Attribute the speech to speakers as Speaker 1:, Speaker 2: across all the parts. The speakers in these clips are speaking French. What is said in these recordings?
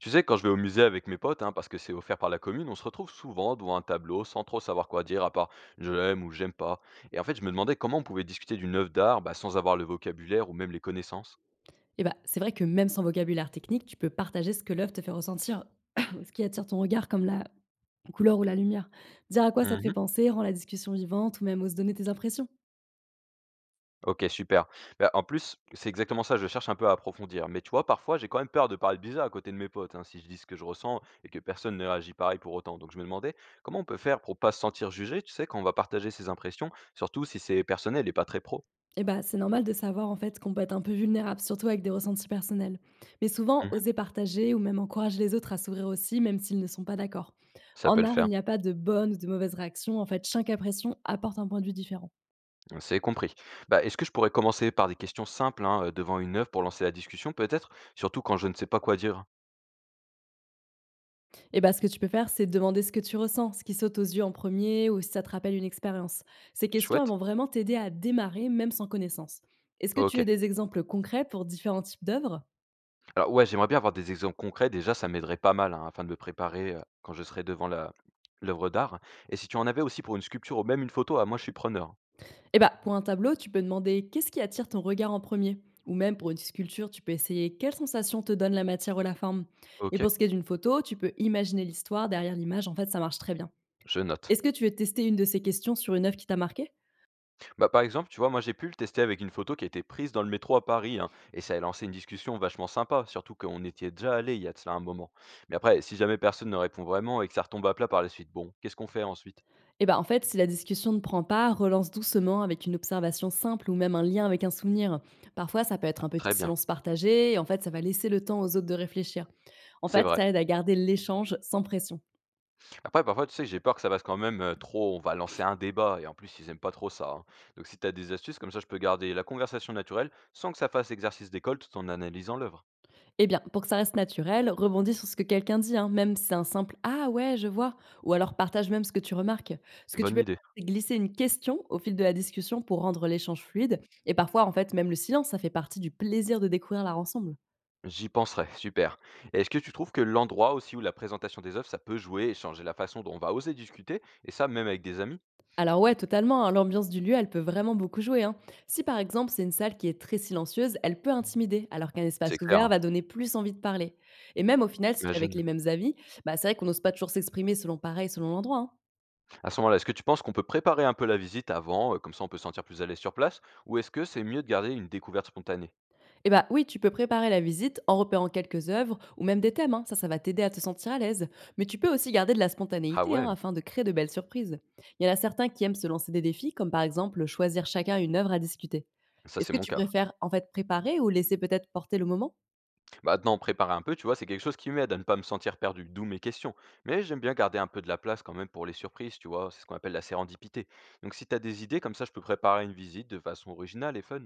Speaker 1: Tu sais, quand je vais au musée avec mes potes, hein, parce que c'est offert par la commune, on se retrouve souvent devant un tableau sans trop savoir quoi dire, à part je l'aime ou j'aime pas. Et en fait, je me demandais comment on pouvait discuter d'une œuvre d'art sans avoir le vocabulaire ou même les connaissances.
Speaker 2: Et bah, c'est vrai que même sans vocabulaire technique, tu peux partager ce que l'œuvre te fait ressentir, ce qui attire ton regard comme la couleur ou la lumière. Dire à quoi ça te fait
Speaker 1: Mhm.
Speaker 2: penser rend la discussion vivante ou même ose donner tes impressions.
Speaker 1: Ok, super. Bah, en plus, c'est exactement ça, je cherche un peu à approfondir. Mais tu vois, parfois, j'ai quand même peur de paraître bizarre à côté de mes potes, hein, si je dis ce que je ressens et que personne ne réagit pareil pour autant. Donc je me demandais comment on peut faire pour pas se sentir jugé, tu sais, quand on va partager ses impressions, surtout si c'est personnel et pas très pro.
Speaker 2: Et bah, c'est normal de savoir en fait qu'on peut être un peu vulnérable, surtout avec des ressentis personnels. Mais souvent,
Speaker 1: Mhm.
Speaker 2: oser partager ou même encourager les autres à s'ouvrir aussi, même s'ils ne sont pas d'accord.
Speaker 1: Ça peut
Speaker 2: En
Speaker 1: le
Speaker 2: art, il
Speaker 1: faire.
Speaker 2: n'y a pas de bonne ou de mauvaise réaction. En fait, chaque impression apporte un point de vue différent.
Speaker 1: C'est compris. Bah, est-ce que je pourrais commencer par des questions simples hein, devant une œuvre pour lancer la discussion, peut-être? Surtout quand je ne sais pas quoi dire.
Speaker 2: Et ben, ce que tu peux faire, c'est demander ce que tu ressens, ce qui saute aux yeux en premier ou si ça te rappelle une expérience. Ces questions elles
Speaker 1: Chouette.
Speaker 2: vont vraiment t'aider à démarrer même sans connaissance. Est-ce que
Speaker 1: Ok.
Speaker 2: tu as des exemples concrets pour différents types d'œuvres?
Speaker 1: Alors ouais, j'aimerais bien avoir des exemples concrets. Déjà, ça m'aiderait pas mal hein, afin de me préparer quand je serai devant la l'œuvre d'art. Et si tu en avais aussi pour une sculpture ou même une photo, ah, moi je suis preneur.
Speaker 2: Et ben, pour un tableau, tu peux demander qu'est-ce qui attire ton regard en premier ou même pour une sculpture, tu peux essayer quelle sensation te donne la matière ou la forme. Et
Speaker 1: Ok,
Speaker 2: pour ce qui est d'une photo, tu peux imaginer l'histoire derrière l'image. En fait, ça marche très bien.
Speaker 1: je note.
Speaker 2: Est-ce que tu veux tester une de ces questions sur une œuvre qui t'a marqué?
Speaker 1: Bah, par exemple, tu vois, moi j'ai pu le tester avec une photo qui a été prise dans le métro à Paris, hein, et ça a lancé une discussion vachement sympa, surtout qu'on était déjà allé il y a de cela un moment. Mais après, si jamais personne ne répond vraiment et que ça retombe à plat par la suite, bon, qu'est-ce qu'on fait ensuite?
Speaker 2: Eh ben, si la discussion ne prend pas, relance doucement avec une observation simple ou même un lien avec un souvenir. Parfois, ça peut être un petit
Speaker 1: Très bien,
Speaker 2: silence partagé et ça va laisser le temps aux autres de réfléchir. En
Speaker 1: c'est
Speaker 2: fait,
Speaker 1: vrai.
Speaker 2: ça aide à garder l'échange sans pression.
Speaker 1: Après, parfois, tu sais, j'ai peur que ça passe quand même trop, on va lancer un débat, et en plus, ils aiment pas trop ça, hein. Donc si t'as des astuces, comme ça, je peux garder la conversation naturelle sans que ça fasse exercice d'école tout en analysant l'œuvre.
Speaker 2: Eh bien, pour que ça reste naturel, rebondis sur ce que quelqu'un dit, hein, même si c'est un simple «Ah ouais, je vois», ou alors partage même ce que tu remarques. Ce que tu
Speaker 1: Bonne
Speaker 2: peux
Speaker 1: idée.
Speaker 2: faire, c'est glisser une question au fil de la discussion pour rendre l'échange fluide. Et parfois, même le silence, ça fait partie du plaisir de découvrir l'art ensemble.
Speaker 1: J'y penserai, super. Et est-ce que tu trouves que l'endroit aussi où la présentation des œuvres, ça peut jouer et changer la façon dont on va oser discuter, et ça même avec des amis?
Speaker 2: Alors ouais, totalement, hein, l'ambiance du lieu, elle peut vraiment beaucoup jouer, hein. Si par exemple c'est une salle qui est très silencieuse, elle peut intimider, alors qu'un espace
Speaker 1: C'est clair,
Speaker 2: ouvert
Speaker 1: hein,
Speaker 2: va donner plus envie de parler. Et même au final, si tu es avec les
Speaker 1: imagine.
Speaker 2: mêmes avis, bah, c'est vrai qu'on n'ose pas toujours s'exprimer selon pareil, selon l'endroit, hein.
Speaker 1: À ce moment-là, est-ce que tu penses qu'on peut préparer un peu la visite avant, comme ça on peut se sentir plus à l'aise sur place, ou est-ce que c'est mieux de garder une découverte spontanée?
Speaker 2: Et bah oui, tu peux préparer la visite en repérant quelques œuvres ou même des thèmes, hein, ça va t'aider à te sentir à l'aise. Mais tu peux aussi garder de la
Speaker 1: Ah
Speaker 2: spontanéité hein,
Speaker 1: ouais,
Speaker 2: afin de créer de belles surprises. Il y en a certains qui aiment se lancer des défis, comme par exemple choisir chacun une œuvre à discuter.
Speaker 1: ça
Speaker 2: Est-ce
Speaker 1: c'est
Speaker 2: que
Speaker 1: mon
Speaker 2: tu
Speaker 1: cas.
Speaker 2: préfères en fait préparer ou laisser peut-être porter le moment?
Speaker 1: Maintenant, préparer un peu, tu vois, c'est quelque chose qui m'aide à ne pas me sentir perdu, d'où mes questions. Mais j'aime bien garder un peu de la place quand même pour les surprises, tu vois, c'est ce qu'on appelle la sérendipité. Donc si t'as des idées, comme ça je peux préparer une visite de façon originale et fun.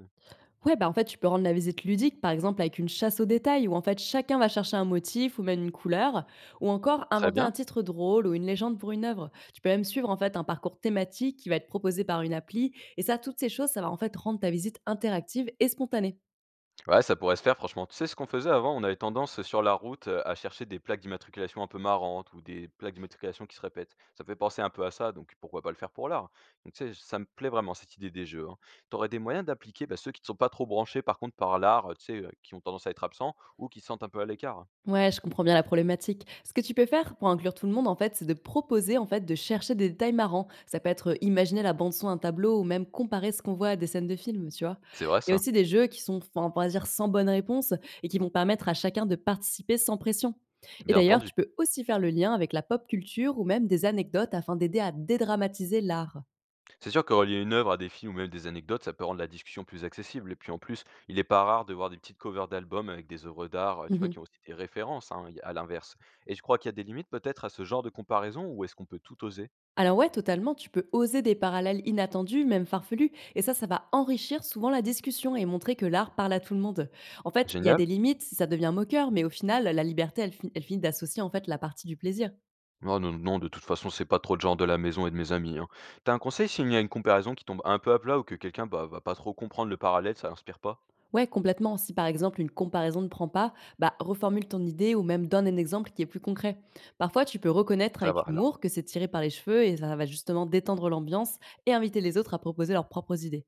Speaker 2: Ouais, bah, tu peux rendre la visite ludique, par exemple avec une chasse aux détails, où en fait chacun va chercher un motif ou même une couleur, ou encore
Speaker 1: Très
Speaker 2: inventer
Speaker 1: bien.
Speaker 2: un titre drôle ou une légende pour une œuvre. Tu peux même suivre en fait un parcours thématique qui va être proposé par une appli, et ça, toutes ces choses, ça va en fait rendre ta visite interactive et spontanée.
Speaker 1: Ouais, ça pourrait se faire franchement. Tu sais ce qu'on faisait avant? On avait tendance, sur la route, à chercher des plaques d'immatriculation un peu marrantes ou des plaques d'immatriculation qui se répètent. Ça me fait penser un peu à ça, donc pourquoi pas le faire pour l'art? Donc tu sais, ça me plaît vraiment cette idée des jeux, hein. Tu aurais des moyens d'appliquer, bah, ceux qui ne sont pas trop branchés par contre par l'art, tu sais, qui ont tendance à être absents ou qui se sentent un peu à l'écart?
Speaker 2: Ouais, je comprends bien la problématique. Ce que tu peux faire pour inclure tout le monde, c'est de proposer, de chercher des détails marrants. Ça peut être imaginer la bande son d'un tableau ou même comparer ce qu'on voit à des scènes de films, tu vois.
Speaker 1: C'est vrai
Speaker 2: Il y a
Speaker 1: ça,
Speaker 2: aussi des jeux qui sont, enfin, on pourrait dire, sans bonne réponse et qui vont permettre à chacun de participer sans pression. Et
Speaker 1: bien
Speaker 2: d'ailleurs,
Speaker 1: entendu.
Speaker 2: tu peux aussi faire le lien avec la pop culture ou même des anecdotes afin d'aider à dédramatiser l'art.
Speaker 1: C'est sûr que relier une œuvre à des films ou même des anecdotes, ça peut rendre la discussion plus accessible. Et puis en plus, il n'est pas rare de voir des petites covers d'albums avec des œuvres d'art, tu vois, qui ont aussi des références hein, à l'inverse. Et je crois qu'il y a des limites peut-être à ce genre de comparaison ou est-ce qu'on peut tout oser?
Speaker 2: Alors ouais, totalement, tu peux oser des parallèles inattendus, même farfelus, et ça va enrichir souvent la discussion et montrer que l'art parle à tout le monde. En fait, il y a des
Speaker 1: Génial.
Speaker 2: limites si ça devient moqueur, mais au final, la liberté, elle, elle finit d'associer en fait la partie du plaisir.
Speaker 1: Non, non, non, de toute façon, c'est pas trop le genre de la maison et de mes amis, hein. T'as un conseil s'il y a une comparaison qui tombe un peu à plat ou que quelqu'un va pas trop comprendre le parallèle, ça l'inspire pas?
Speaker 2: Ouais, complètement. Si par exemple une comparaison ne prend pas, bah reformule ton idée ou même donne un exemple qui est plus concret. Parfois, tu peux reconnaître
Speaker 1: Ça va
Speaker 2: avec humour
Speaker 1: alors.
Speaker 2: que c'est tiré par les cheveux et ça va justement détendre l'ambiance et inviter les autres à proposer leurs propres idées.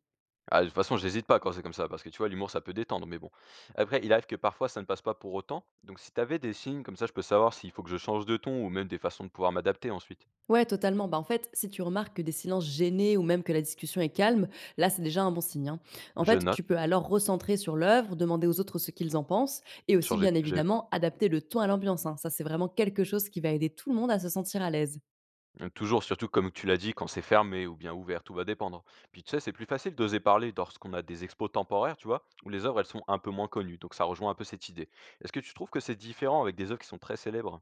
Speaker 1: Ah, de toute façon, j'hésite pas quand c'est comme ça, parce que tu vois, l'humour, ça peut détendre, mais bon. Après, il arrive que parfois, ça ne passe pas pour autant. Donc, si t'avais des signes, comme ça, je peux savoir s'il faut que je change de ton ou même des façons de pouvoir m'adapter ensuite.
Speaker 2: Ouais, totalement. Bah, si tu remarques que des silences gênés ou même que la discussion est calme, là, c'est déjà un bon signe, hein. En
Speaker 1: Je
Speaker 2: fait,
Speaker 1: note,
Speaker 2: tu peux alors recentrer sur l'œuvre, demander aux autres ce qu'ils en pensent et aussi,
Speaker 1: changer de
Speaker 2: bien
Speaker 1: sujet, quoi.
Speaker 2: évidemment, adapter le ton à l'ambiance, hein. Ça, c'est vraiment quelque chose qui va aider tout le monde à se sentir à l'aise.
Speaker 1: Toujours, surtout comme tu l'as dit, quand c'est fermé ou bien ouvert, tout va dépendre. Puis tu sais, c'est plus facile d'oser parler lorsqu'on a des expos temporaires, tu vois, où les œuvres, elles sont un peu moins connues. Donc, ça rejoint un peu cette idée. Est-ce que tu trouves que c'est différent avec des œuvres qui sont très célèbres?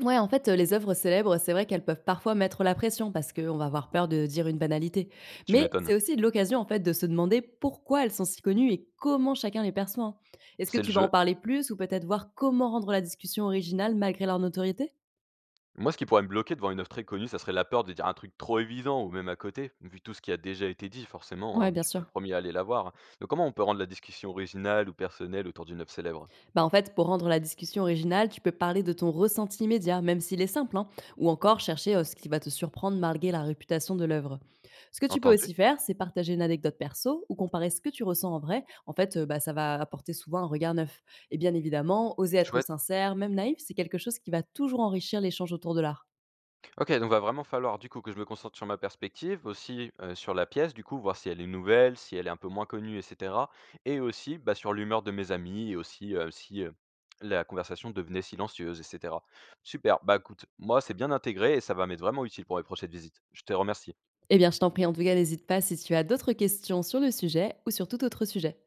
Speaker 2: Ouais, les œuvres célèbres, c'est vrai qu'elles peuvent parfois mettre la pression parce qu'on va avoir peur de dire une banalité.
Speaker 1: Tu
Speaker 2: Mais
Speaker 1: m'étonnes.
Speaker 2: c'est aussi l'occasion, de se demander pourquoi elles sont si connues et comment chacun les perçoit, hein. Est-ce que
Speaker 1: C'est le
Speaker 2: tu vas
Speaker 1: jeu.
Speaker 2: en parler plus ou peut-être voir comment rendre la discussion originale malgré leur notoriété?
Speaker 1: Moi, ce qui pourrait me bloquer devant une offre très connue, ça serait la peur de dire un truc trop évident ou même à côté, vu tout ce qui a déjà été dit, forcément,
Speaker 2: Ouais,
Speaker 1: hein, je
Speaker 2: bien
Speaker 1: suis pas
Speaker 2: sûr.
Speaker 1: le premier à aller la voir. Donc comment on peut rendre la discussion originale ou personnelle autour d'une œuvre célèbre?
Speaker 2: Bah, pour rendre la discussion originale, tu peux parler de ton ressenti immédiat, même s'il est simple, hein, ou encore chercher ce qui va te surprendre malgré la réputation de l'œuvre. Ce que tu peux
Speaker 1: Entendu?
Speaker 2: aussi faire, c'est partager une anecdote perso ou comparer ce que tu ressens en vrai. Ça va apporter souvent un regard neuf. Et bien évidemment, oser être
Speaker 1: Chouette.
Speaker 2: sincère, même naïf, c'est quelque chose qui va toujours enrichir l'échange autour de l'art.
Speaker 1: Ok, donc va vraiment falloir du coup que je me concentre sur ma perspective, aussi sur la pièce, du coup, voir si elle est nouvelle, si elle est un peu moins connue, etc. Et aussi bah, sur l'humeur de mes amis et aussi si la conversation devenait silencieuse, etc. Super, bah écoute, moi c'est bien intégré et ça va m'être vraiment utile pour mes prochaines visites. Je te remercie.
Speaker 2: Eh bien, je t'en prie, en tout cas, n'hésite pas si tu as d'autres questions sur le sujet ou sur tout autre sujet.